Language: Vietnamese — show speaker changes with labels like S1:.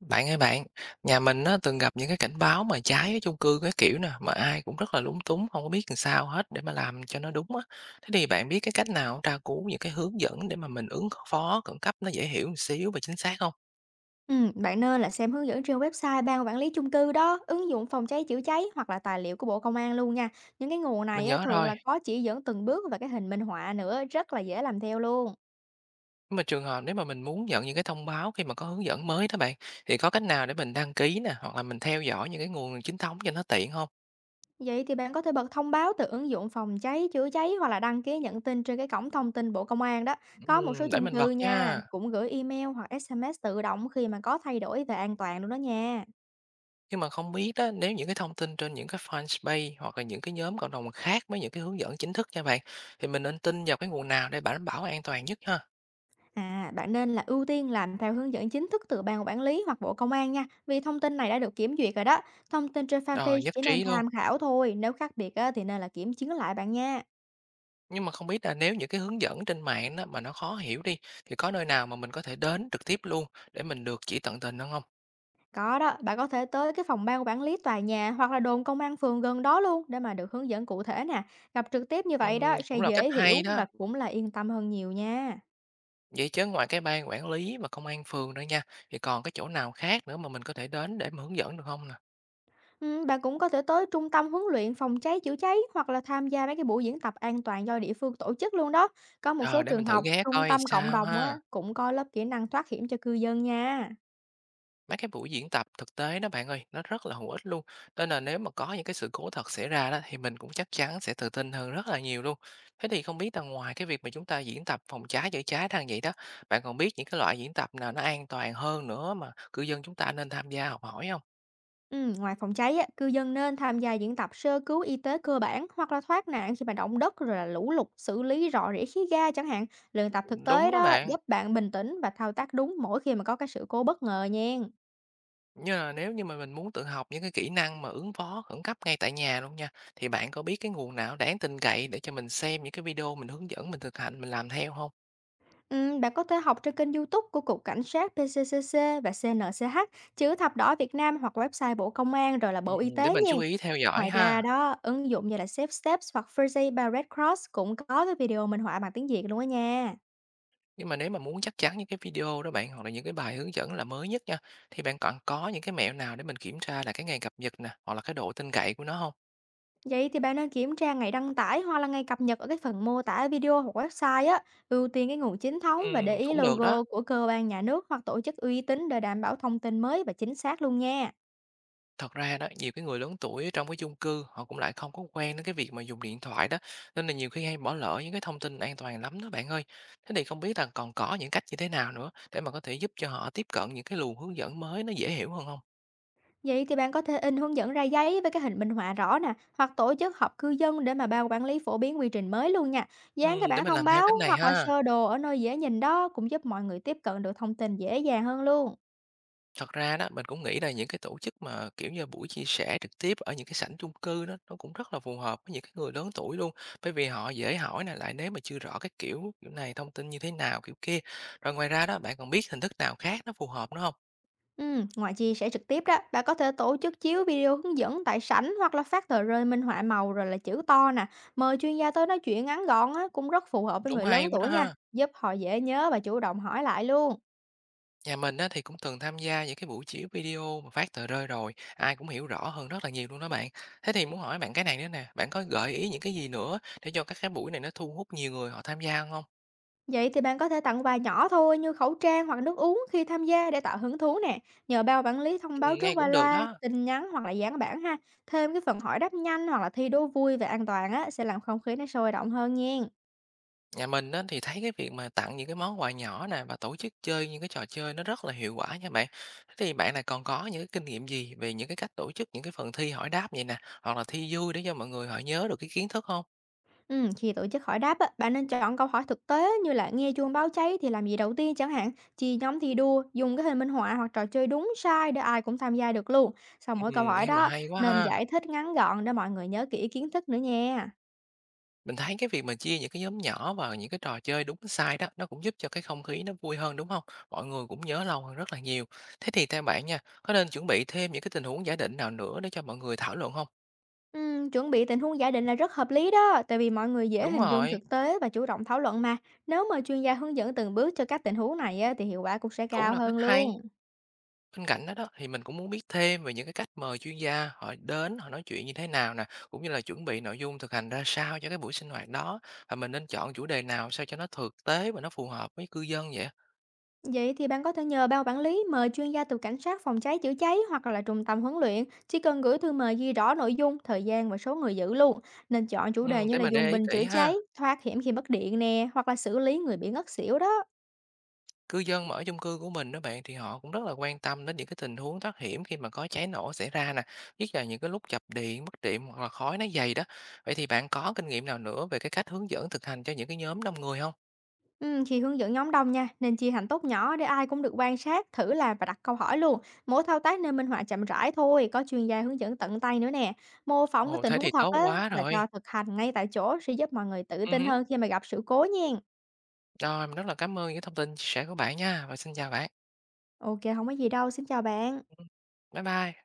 S1: Bạn ơi bạn, nhà mình nó từng gặp những cái cảnh báo mà cháy ở chung cư cái kiểu nè, mà ai cũng rất là lúng túng, không có biết làm sao hết để mà làm cho nó đúng á. Thế thì bạn biết cái cách nào tra cứu những cái hướng dẫn để mà mình ứng phó khẩn cấp nó dễ hiểu một xíu và chính xác không?
S2: Bạn nên là xem hướng dẫn trên website Ban quản lý chung cư đó, ứng dụng phòng cháy chữa cháy hoặc là tài liệu của Bộ Công an luôn nha. Những cái nguồn
S1: Mình
S2: này á,
S1: nhớ
S2: thường
S1: rồi.
S2: là có chỉ dẫn từng bước và cái hình minh họa nữa, rất là dễ làm theo luôn.
S1: Nhưng mà trường hợp nếu mà mình muốn nhận những cái thông báo khi mà có hướng dẫn mới đó bạn, thì có cách nào để mình đăng ký nè, hoặc là mình theo dõi những cái nguồn chính thống cho nó tiện không?
S2: Vậy thì bạn có thể bật thông báo từ ứng dụng phòng cháy chữa cháy hoặc là đăng ký nhận tin trên cái cổng thông tin Bộ Công an đó. Có một số
S1: Để
S2: chung
S1: mình
S2: cư
S1: bật
S2: nha,
S1: nha.
S2: cũng gửi email hoặc SMS tự động khi mà có thay đổi về an toàn luôn đó nha.
S1: Nhưng mà không biết đó, nếu những cái thông tin trên những cái Fanspace hoặc là những cái nhóm cộng đồng khác với những cái hướng dẫn chính thức nha bạn, thì mình nên tin vào cái nguồn nào để đảm bảo an toàn nhất ha?
S2: À, bạn nên là ưu tiên làm theo hướng dẫn chính thức từ ban quản lý hoặc Bộ Công an nha, vì thông tin này đã được kiểm duyệt rồi đó. Thông tin trên fanpage
S1: Rồi, nhất
S2: chỉ nên
S1: trí luôn.
S2: tham khảo thôi, nếu khác biệt á, thì nên là kiểm chứng lại bạn nha.
S1: Nhưng mà không biết là nếu những cái hướng dẫn trên mạng đó mà nó khó hiểu đi, thì có nơi nào mà mình có thể đến trực tiếp luôn để mình được chỉ tận tình hơn không?
S2: Có đó, bạn có thể tới cái phòng ban quản lý tòa nhà hoặc là đồn công an phường gần đó luôn để mà được hướng dẫn cụ thể nè. Gặp trực tiếp như vậy đó sẽ
S1: Cũng là cách
S2: dễ
S1: hay
S2: hiểu và
S1: đó.
S2: cũng là yên tâm hơn nhiều nha.
S1: Vậy chứ ngoài cái ban quản lý và công an phường nữa nha, thì còn cái chỗ nào khác nữa mà mình có thể đến để mà hướng dẫn được không nè?
S2: Bạn cũng có thể tới trung tâm huấn luyện phòng cháy chữa cháy hoặc là tham gia mấy cái buổi diễn tập an toàn do địa phương tổ chức luôn đó. Có một số
S1: Rồi, để
S2: trường
S1: mình thử
S2: học,
S1: ghé
S2: trung
S1: coi
S2: tâm cộng
S1: sao
S2: đồng á,
S1: ha.
S2: cũng có lớp kỹ năng thoát hiểm cho cư dân nha.
S1: Mấy cái buổi diễn tập thực tế đó bạn ơi, nó rất là hữu ích luôn. Nên là nếu mà có những cái sự cố thật xảy ra đó thì mình cũng chắc chắn sẽ tự tin hơn rất là nhiều luôn. Thế thì không biết là ngoài cái việc mà chúng ta diễn tập phòng cháy chữa cháy đang vậy đó, bạn còn biết những cái loại diễn tập nào nó an toàn hơn nữa mà cư dân chúng ta nên tham gia học hỏi không?
S2: Ngoài phòng cháy á, cư dân nên tham gia diễn tập sơ cứu y tế cơ bản hoặc là thoát nạn khi mà động đất rồi là lũ lụt, xử lý rò rỉ khí ga chẳng hạn. Luyện tập thực tế
S1: Đúng đó
S2: đó
S1: bạn.
S2: giúp bạn bình tĩnh và thao tác đúng mỗi khi mà có cái sự cố bất ngờ nha.
S1: Nhưng là nếu như mà mình muốn tự học những cái kỹ năng mà ứng phó khẩn cấp ngay tại nhà luôn nha, thì bạn có biết cái nguồn nào đáng tin cậy để cho mình xem những cái video mình hướng dẫn mình thực hành mình làm theo không?
S2: Bạn có thể học trên kênh YouTube của Cục Cảnh sát PCCC và CNCH, Chữ Thập Đỏ Việt Nam hoặc website Bộ Công an rồi là
S1: Ừ,
S2: Bộ Y
S1: để
S2: tế
S1: mình
S2: nha.
S1: chú ý theo dõi
S2: Ngoài ra
S1: ha.
S2: đó, ứng dụng như là Safe Steps hoặc First by Red Cross cũng có cái video minh họa bằng tiếng Việt luôn á nha.
S1: Nhưng mà nếu mà muốn chắc chắn những cái video đó bạn, hoặc là những cái bài hướng dẫn là mới nhất nha, thì bạn còn có những cái mẹo nào để mình kiểm tra là cái ngày cập nhật nè, hoặc là cái độ tin cậy của nó không?
S2: Vậy thì bạn nên kiểm tra ngày đăng tải hoặc là ngày cập nhật ở cái phần mô tả video hoặc website á, ưu tiên cái nguồn chính thống và để ý
S1: Cũng được đó.
S2: logo của cơ quan nhà nước hoặc tổ chức uy tín để đảm bảo thông tin mới và chính xác luôn nha.
S1: Thật ra đó, nhiều cái người lớn tuổi ở trong cái chung cư họ cũng lại không có quen đến cái việc mà dùng điện thoại đó, nên là nhiều khi hay bỏ lỡ những cái thông tin an toàn lắm đó bạn ơi. Thế thì không biết là còn có những cách như thế nào nữa để mà có thể giúp cho họ tiếp cận những cái luồng hướng dẫn mới nó dễ hiểu hơn không?
S2: Vậy thì bạn có thể in hướng dẫn ra giấy với cái hình minh họa rõ nè, hoặc tổ chức họp cư dân để mà ban quản lý phổ biến quy trình mới luôn nha. Dán cái
S1: Để
S2: bảng
S1: mình
S2: thông
S1: làm theo
S2: báo
S1: cách này
S2: hoặc là
S1: ha.
S2: sơ đồ ở nơi dễ nhìn đó cũng giúp mọi người tiếp cận được thông tin dễ dàng hơn luôn.
S1: Thật ra đó, mình cũng nghĩ là những cái tổ chức mà, kiểu như, buổi chia sẻ trực tiếp ở những cái sảnh chung cư đó, nó cũng rất là phù hợp với những cái người lớn tuổi luôn. Bởi vì họ dễ hỏi nè, lại nếu mà chưa rõ cái kiểu kiểu này thông tin như thế nào, kiểu kia. Rồi ngoài ra đó, bạn còn biết hình thức nào khác nó phù hợp nữa không?
S2: Ừ, ngoài chia sẻ trực tiếp đó, bạn có thể tổ chức chiếu video hướng dẫn tại sảnh hoặc là phát tờ rơi minh họa màu rồi là chữ to nè. Mời chuyên gia tới nói chuyện ngắn gọn á, cũng rất phù hợp với
S1: Cũng
S2: người
S1: hay
S2: lớn
S1: quá đó
S2: tuổi nha,
S1: ha.
S2: giúp họ dễ nhớ và chủ động hỏi lại luôn.
S1: Nhà mình á, thì cũng từng tham gia những cái buổi chiếu video mà phát tờ rơi rồi, ai cũng hiểu rõ hơn rất là nhiều luôn đó bạn. Thế thì muốn hỏi bạn cái này nữa nè, bạn có gợi ý những cái gì nữa để cho các cái buổi này nó thu hút nhiều người họ tham gia không?
S2: Vậy thì bạn có thể tặng quà nhỏ thôi như khẩu trang hoặc nước uống khi tham gia để tạo hứng thú nè. Nhờ ban quản lý thông báo trước
S1: Nghe
S2: qua
S1: cũng được
S2: loa,
S1: đó.
S2: tin nhắn hoặc là dán bảng ha. Thêm cái phần hỏi đáp nhanh hoặc là thi đố vui về an toàn á sẽ làm không khí nó sôi động hơn nha.
S1: Nhà mình á, thì thấy cái việc mà tặng những cái món quà nhỏ nè và tổ chức chơi những cái trò chơi nó rất là hiệu quả nha bạn. Thế thì bạn này còn có những cái kinh nghiệm gì về những cái cách tổ chức những cái phần thi hỏi đáp vậy nè, hoặc là thi vui để cho mọi người họ nhớ được cái kiến thức không?
S2: Ừ, khi tổ chức hỏi đáp á, bạn nên chọn câu hỏi thực tế như là nghe chuông báo cháy thì làm gì đầu tiên chẳng hạn, chia nhóm thi đua, dùng cái hình minh họa hoặc trò chơi đúng sai để ai cũng tham gia được luôn. Sau mỗi câu hỏi
S1: Nghe mà
S2: đó,
S1: hay quá
S2: nên giải
S1: ha.
S2: thích ngắn gọn để mọi người nhớ kỹ kiến thức nữa nha.
S1: Mình thấy cái việc mà chia những cái nhóm nhỏ vào những cái trò chơi đúng sai đó, nó cũng giúp cho cái không khí nó vui hơn đúng không? Mọi người cũng nhớ lâu hơn rất là nhiều. Thế thì theo bạn nha, có nên chuẩn bị thêm những cái tình huống giả định nào nữa để cho mọi người thảo luận không?
S2: Chuẩn bị tình huống giả định là rất hợp lý đó, tại vì mọi người dễ
S1: Đúng
S2: hình dung
S1: rồi,
S2: thực tế và chủ động thảo luận mà. Nếu mà chuyên gia hướng dẫn từng bước cho các tình huống này á, thì hiệu quả cũng sẽ
S1: cũng
S2: cao
S1: là cách
S2: hơn luôn.
S1: hay. Bên cạnh đó đó thì mình cũng muốn biết thêm về những cái cách mời chuyên gia họ đến họ nói chuyện như thế nào nè, cũng như là chuẩn bị nội dung thực hành ra sao cho cái buổi sinh hoạt đó và mình nên chọn chủ đề nào sao cho nó thực tế và nó phù hợp với cư dân vậy?
S2: Vậy thì bạn có thể nhờ ban quản lý mời chuyên gia từ cảnh sát phòng cháy chữa cháy hoặc là trung tâm huấn luyện, chỉ cần gửi thư mời ghi rõ nội dung, thời gian và số người giữ luôn. Nên chọn chủ
S1: Ừ,
S2: đề như
S1: để
S2: là
S1: mình
S2: dùng
S1: để ý
S2: bình chữa
S1: kỹ
S2: cháy,
S1: ha.
S2: thoát hiểm khi mất điện nè, hoặc là xử lý người bị ngất xỉu đó.
S1: Cư dân mà ở chung cư của mình đó bạn thì họ cũng rất là quan tâm đến những cái tình huống thoát hiểm khi mà có cháy nổ xảy ra nè, nhất là những cái lúc chập điện, mất điện hoặc là khói nó dày đó. Vậy thì bạn có kinh nghiệm nào nữa về cái cách hướng dẫn thực hành cho những cái nhóm đông người không?
S2: Khi hướng dẫn nhóm đông nha, nên chia thành tốt nhỏ để ai cũng được quan sát, thử làm và đặt câu hỏi luôn. Mỗi thao tác nên minh họa chậm rãi thôi, có chuyên gia hướng dẫn tận tay nữa nè. Mô phỏng cái
S1: Ồ,
S2: tình
S1: thế
S2: huống
S1: thì
S2: thật
S1: tốt
S2: á
S1: quá
S2: và
S1: rồi.
S2: cho thực hành ngay tại chỗ sẽ giúp mọi người tự
S1: Ừ.
S2: tin hơn khi mà gặp sự cố nha.
S1: Rồi, mình rất là cảm ơn những thông tin chia sẻ của bạn nha, và xin chào bạn.
S2: Ok, không có gì đâu. Xin chào bạn.
S1: Ừm, bye bye.